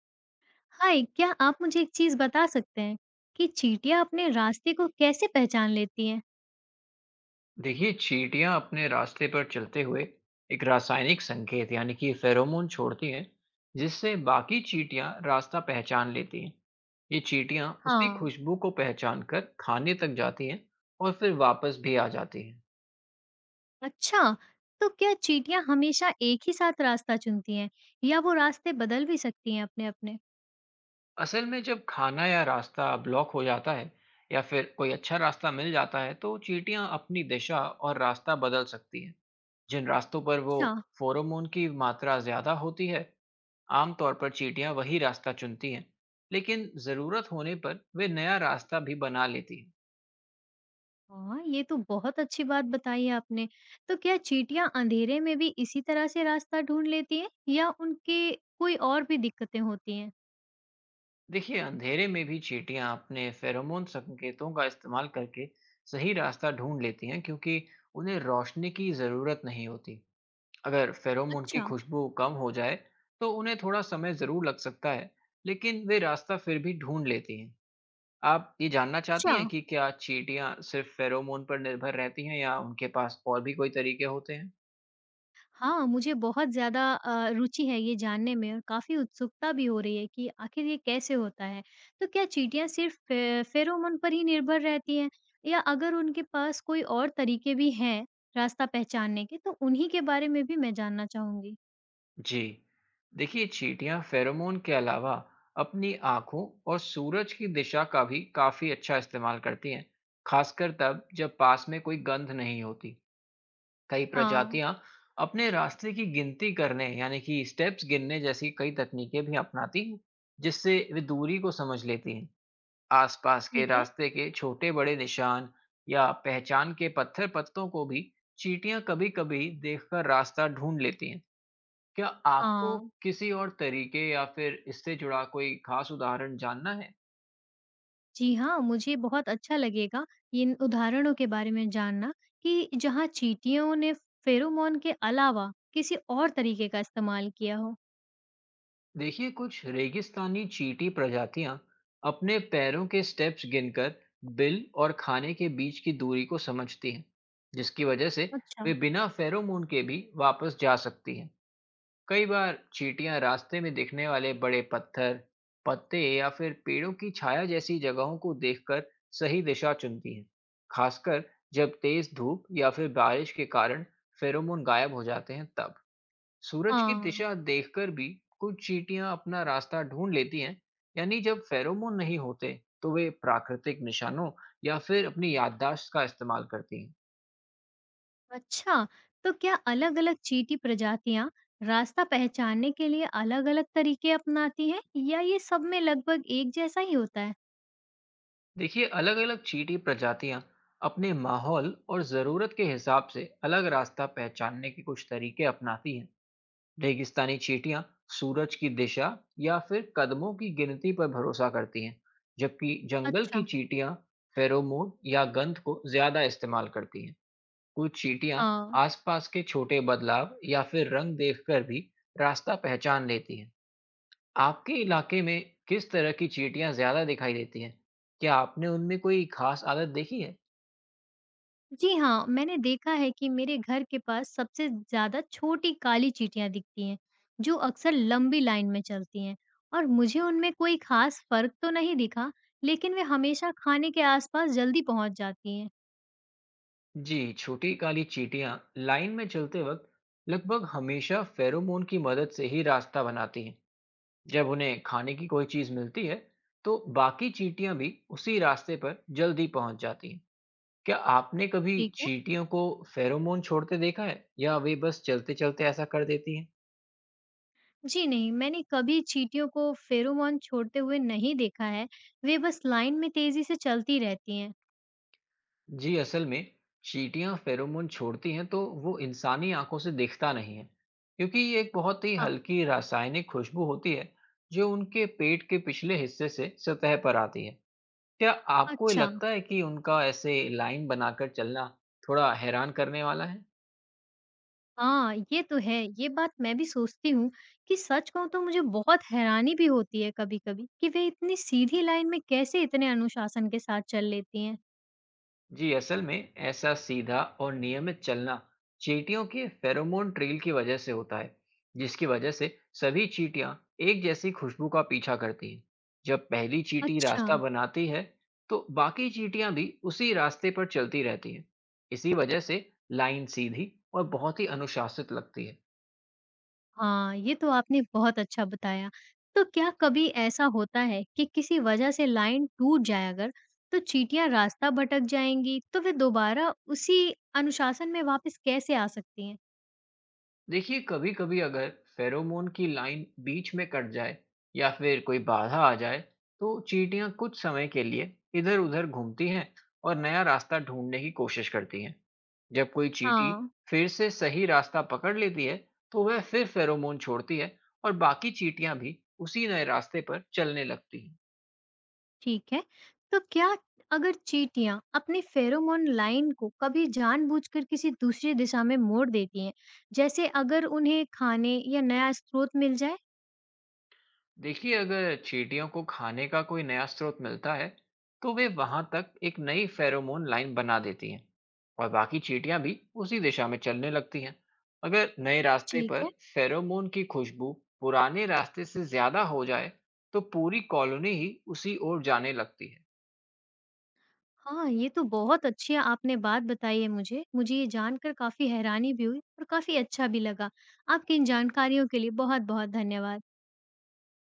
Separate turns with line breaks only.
हाय, क्या आप मुझे एक चीज़ बता सकते हैं कि चींटियाँ अपने रास्ते को कैसे पहचान लेती हैं?
देखिए चींटियां अपने रास्ते पर चलते हुए एक रासायनिक संकेत यानी कि फेरोमोन छोड़ती हैं जिससे बाकी चींटियां रास्ता पहचान लेती हैं। ये चींटियां उसी
हाँ।
खुशबू को पहचान कर खाने तक जाती हैं और फिर वापस भी आ जाती हैं।
अच्छा, तो क्या चींटियाँ हमेशा एक ही साथ रास्ता चुनती हैं या वो रास्ते बदल भी सकती हैं अपने-अपने?
असल में जब खाना या रास्ता ब्लॉक हो जाता है या फिर कोई अच्छा रास्ता मिल जाता है, तो चींटियां अपनी दिशा और रास्ता बदल सकती हैं। जिन रास्तों पर वो
अच्छा।
फेरोमोन की मात्रा ज्यादा होती है, आमतौर पर चींटियां वही रास्ता चुनती हैं, लेकिन ज़रूरत होने पर वे नया रास्ता भी बना लेती हैं।
हाँ, ये तो बहुत अच्छी बात बताई है आपने। तो क्या चींटियाँ अंधेरे में भी इसी तरह से रास्ता ढूँढ लेती हैं या उनके कोई और भी दिक्कतें होती हैं?
देखिए, अंधेरे में भी चींटियां अपने फेरोमोन संकेतों का इस्तेमाल करके सही रास्ता ढूंढ लेती हैं, क्योंकि उन्हें रोशनी की ज़रूरत नहीं होती। अगर फेरोमोन की
अच्छा।
खुशबू कम हो जाए, तो उन्हें थोड़ा समय ज़रूर लग सकता है, लेकिन वे रास्ता फिर भी ढूंढ लेती हैं। आप ये जानना चाहती
अच्छा।
हैं कि क्या चींटियां सिर्फ फेरोमोन पर निर्भर रहती हैं या उनके पास और भी कोई तरीके होते हैं।
हाँ, मुझे बहुत ज़्यादा रुचि है ये जानने में और काफ़ी उत्सुकता भी हो रही है कि आखिर ये कैसे होता है। तो क्या चींटियाँ सिर्फ़ फे फेरोमोन पर ही निर्भर रहती हैं या अगर उनके पास कोई और तरीके भी हैं रास्ता पहचानने के, तो उन्हीं के बारे में भी मैं जानना चाहूँगी?
जी, देखिए, चींटियां फेरोमोन के अलावा अपनी आंखों और सूरज की दिशा का भी काफी अच्छा इस्तेमाल करती हैं, खासकर तब जब पास में कोई गंध नहीं होती। कई
हाँ,
प्रजातियां अपने रास्ते की गिनती करने यानी कि स्टेप्स गिनने जैसी कई तकनीकें भी अपनाती हैं, जिससे वे दूरी को समझ लेती हैं। आसपास के
ठीक है।
रास्ते के छोटे बड़े निशान या पहचान के पत्थर पत्तों को भी चींटियां कभी कभी देखकर रास्ता ढूंढ लेती हैं। क्या आपको
हाँ,
किसी और तरीके या फिर इससे जुड़ा कोई खास उदाहरण जानना है?
जी हाँ, मुझे बहुत अच्छा लगेगा इन उदाहरणों के बारे में जानना कि जहाँ चींटियों ने फेरोमोन के अलावा किसी और तरीके का इस्तेमाल किया हो।
देखिए, कुछ रेगिस्तानी चींटी प्रजातियां अपने पैरों के स्टेप्स गिनकर बिल और खाने के बीच की दूरी को समझती हैं, जिसकी वजह से
अच्छा।
वे बिना फेरोमोन के भी वापस जा सकती हैं। कई बार चींटियां रास्ते में दिखने वाले बड़े पत्थर, पत्ते या फिर पेड़ों की छाया जैसी जगहों को देखकर सही दिशा चुनती हैं, खासकर जब तेज धूप या फिर बारिश के कारण फेरोमोन गायब हो जाते हैं तब। सूरज की
हाँ।
दिशा देखकर भी कुछ चींटियां अपना रास्ता ढूंढ लेती हैं, यानी जब फेरोमोन नहीं होते, तो वे प्राकृतिक निशानों या फिर अपनी याददाश्त का इस्तेमाल करती हैं।
अच्छा, तो क्या अलग-अलग चींटी प्रजातियाँ रास्ता पहचानने के लिए अलग-अलग तरीके अपनाती हैं या ये सब में लगभग एक जैसा ही होता है?
देखिए, अलग अलग चींटी प्रजातियां अपने माहौल और ज़रूरत के हिसाब से अलग रास्ता पहचानने के कुछ तरीके अपनाती हैं। रेगिस्तानी चींटियां सूरज की दिशा या फिर कदमों की गिनती पर भरोसा करती हैं, जबकि जंगल की
अच्छा।
चींटियां फेरोमोन या गंध को ज़्यादा इस्तेमाल करती हैं। कुछ चींटियां
हाँ।
आसपास के छोटे बदलाव या फिर रंग देखकर भी रास्ता पहचान लेती हैं। आपके इलाके में किस तरह की चींटियां ज्यादा दिखाई देती हैं? क्या आपने उनमें कोई खास आदत देखी है?
जी हाँ, मैंने देखा है कि मेरे घर के पास सबसे ज़्यादा छोटी काली चींटियाँ दिखती हैं, जो अक्सर लंबी लाइन में चलती हैं और मुझे उनमें कोई खास फ़र्क तो नहीं दिखा, लेकिन वे हमेशा खाने के आसपास जल्दी पहुँच जाती हैं।
जी, छोटी काली चींटियां लाइन में चलते वक्त लगभग हमेशा फेरोमोन की मदद से ही रास्ता बनाती हैं। जब उन्हें खाने की कोई चीज मिलती है, तो बाकी चींटियां भी उसी रास्ते पर जल्दी पहुंच जाती हैं। क्या आपने कभी
ठीक है।
चींटियों को फेरोमोन छोड़ते देखा है, या वे बस चलते-चलते ऐसा कर देती हैं?
जी नहीं, मैंने कभी चींटियों को फेरोमोन छोड़ते हुए नहीं देखा है। वे बस लाइन में तेज़ी से चलती रहती हैं।
जी, असल में चींटियां फेरोमोन छोड़ती हैं, तो वो इंसानी आंखों से दिखता नहीं है, क्योंकि ये एक बहुत ही
हाँ।
हल्की रासायनिक खुशबू होती है जो उनके पेट के पिछले हिस्से से सतह पर आती है। क्या आपको ये
अच्छा।
लगता है कि उनका ऐसे लाइन बनाकर चलना थोड़ा हैरान करने वाला है?
हाँ, ये तो है। ये बात मैं भी सोचती हूँ कि सच कहूँ तो मुझे बहुत हैरानी भी होती है कभी-कभी कि वे इतनी सीधी लाइन में कैसे इतने अनुशासन के साथ चल लेती हैं।
जी, असल में ऐसा सीधा और नियमित चलना चींटियों के फेरोमोन ट्रेल की वजह से होता है, जिसकी वजह से सभी चींटियां एक जैसी खुशबू का पीछा करती हैं। जब पहली चींटी
अच्छा।
रास्ता बनाती है, तो बाकी चींटियां भी उसी रास्ते पर चलती रहती हैं। इसी वजह से लाइन सीधी और बहुत ही अनुशासित लगती है।
हाँ, ये तो आपने बहुत अच्छा बताया। तो क्या कभी ऐसा होता है कि किसी वजह से लाइन टूट जाए अगर, तो चींटियाँ रास्ता भटक जाएँगी, तो वे दोबारा उसी अनुशासन में वापस कैसे आ सकती हैं?
देखिए, कभी-कभी अगर फेरोमोन की लाइन बीच में कट जाए या फिर कोई बाधा आ जाए, तो चींटियां कुछ समय के लिए इधर-उधर घूमती हैं और नया रास्ता ढूंढने की कोशिश करती हैं। जब कोई चींटी
हाँ,
फिर से सही रास्ता पकड़ लेती है, तो वह फिर फेरोमोन छोड़ती है और बाकी चींटियां भी उसी नए रास्ते पर चलने लगती हैं।
ठीक है। तो क्या अगर चींटियाँ अपनी फेरोमोन लाइन को कभी जानबूझकर किसी दूसरी दिशा में मोड़ देती हैं, जैसे अगर उन्हें खाने या नया स्रोत मिल जाए?
देखिए, अगर चींटियों को खाने का कोई नया स्रोत मिलता है, तो वे वहां तक एक नई फेरोमोन लाइन बना देती हैं और बाकी चींटियां भी उसी दिशा में चलने लगती हैं। अगर नए रास्ते
ठीक
पर
है।
फेरोमोन की खुशबू पुराने रास्ते से ज्यादा हो जाए, तो पूरी कॉलोनी ही उसी ओर जाने लगती है।
हाँ, ये तो बहुत अच्छी आपने बात बताई है मुझे। मुझे ये जानकर काफ़ी हैरानी भी हुई और काफ़ी अच्छा भी लगा। आपकी इन जानकारियों के लिए बहुत-बहुत धन्यवाद।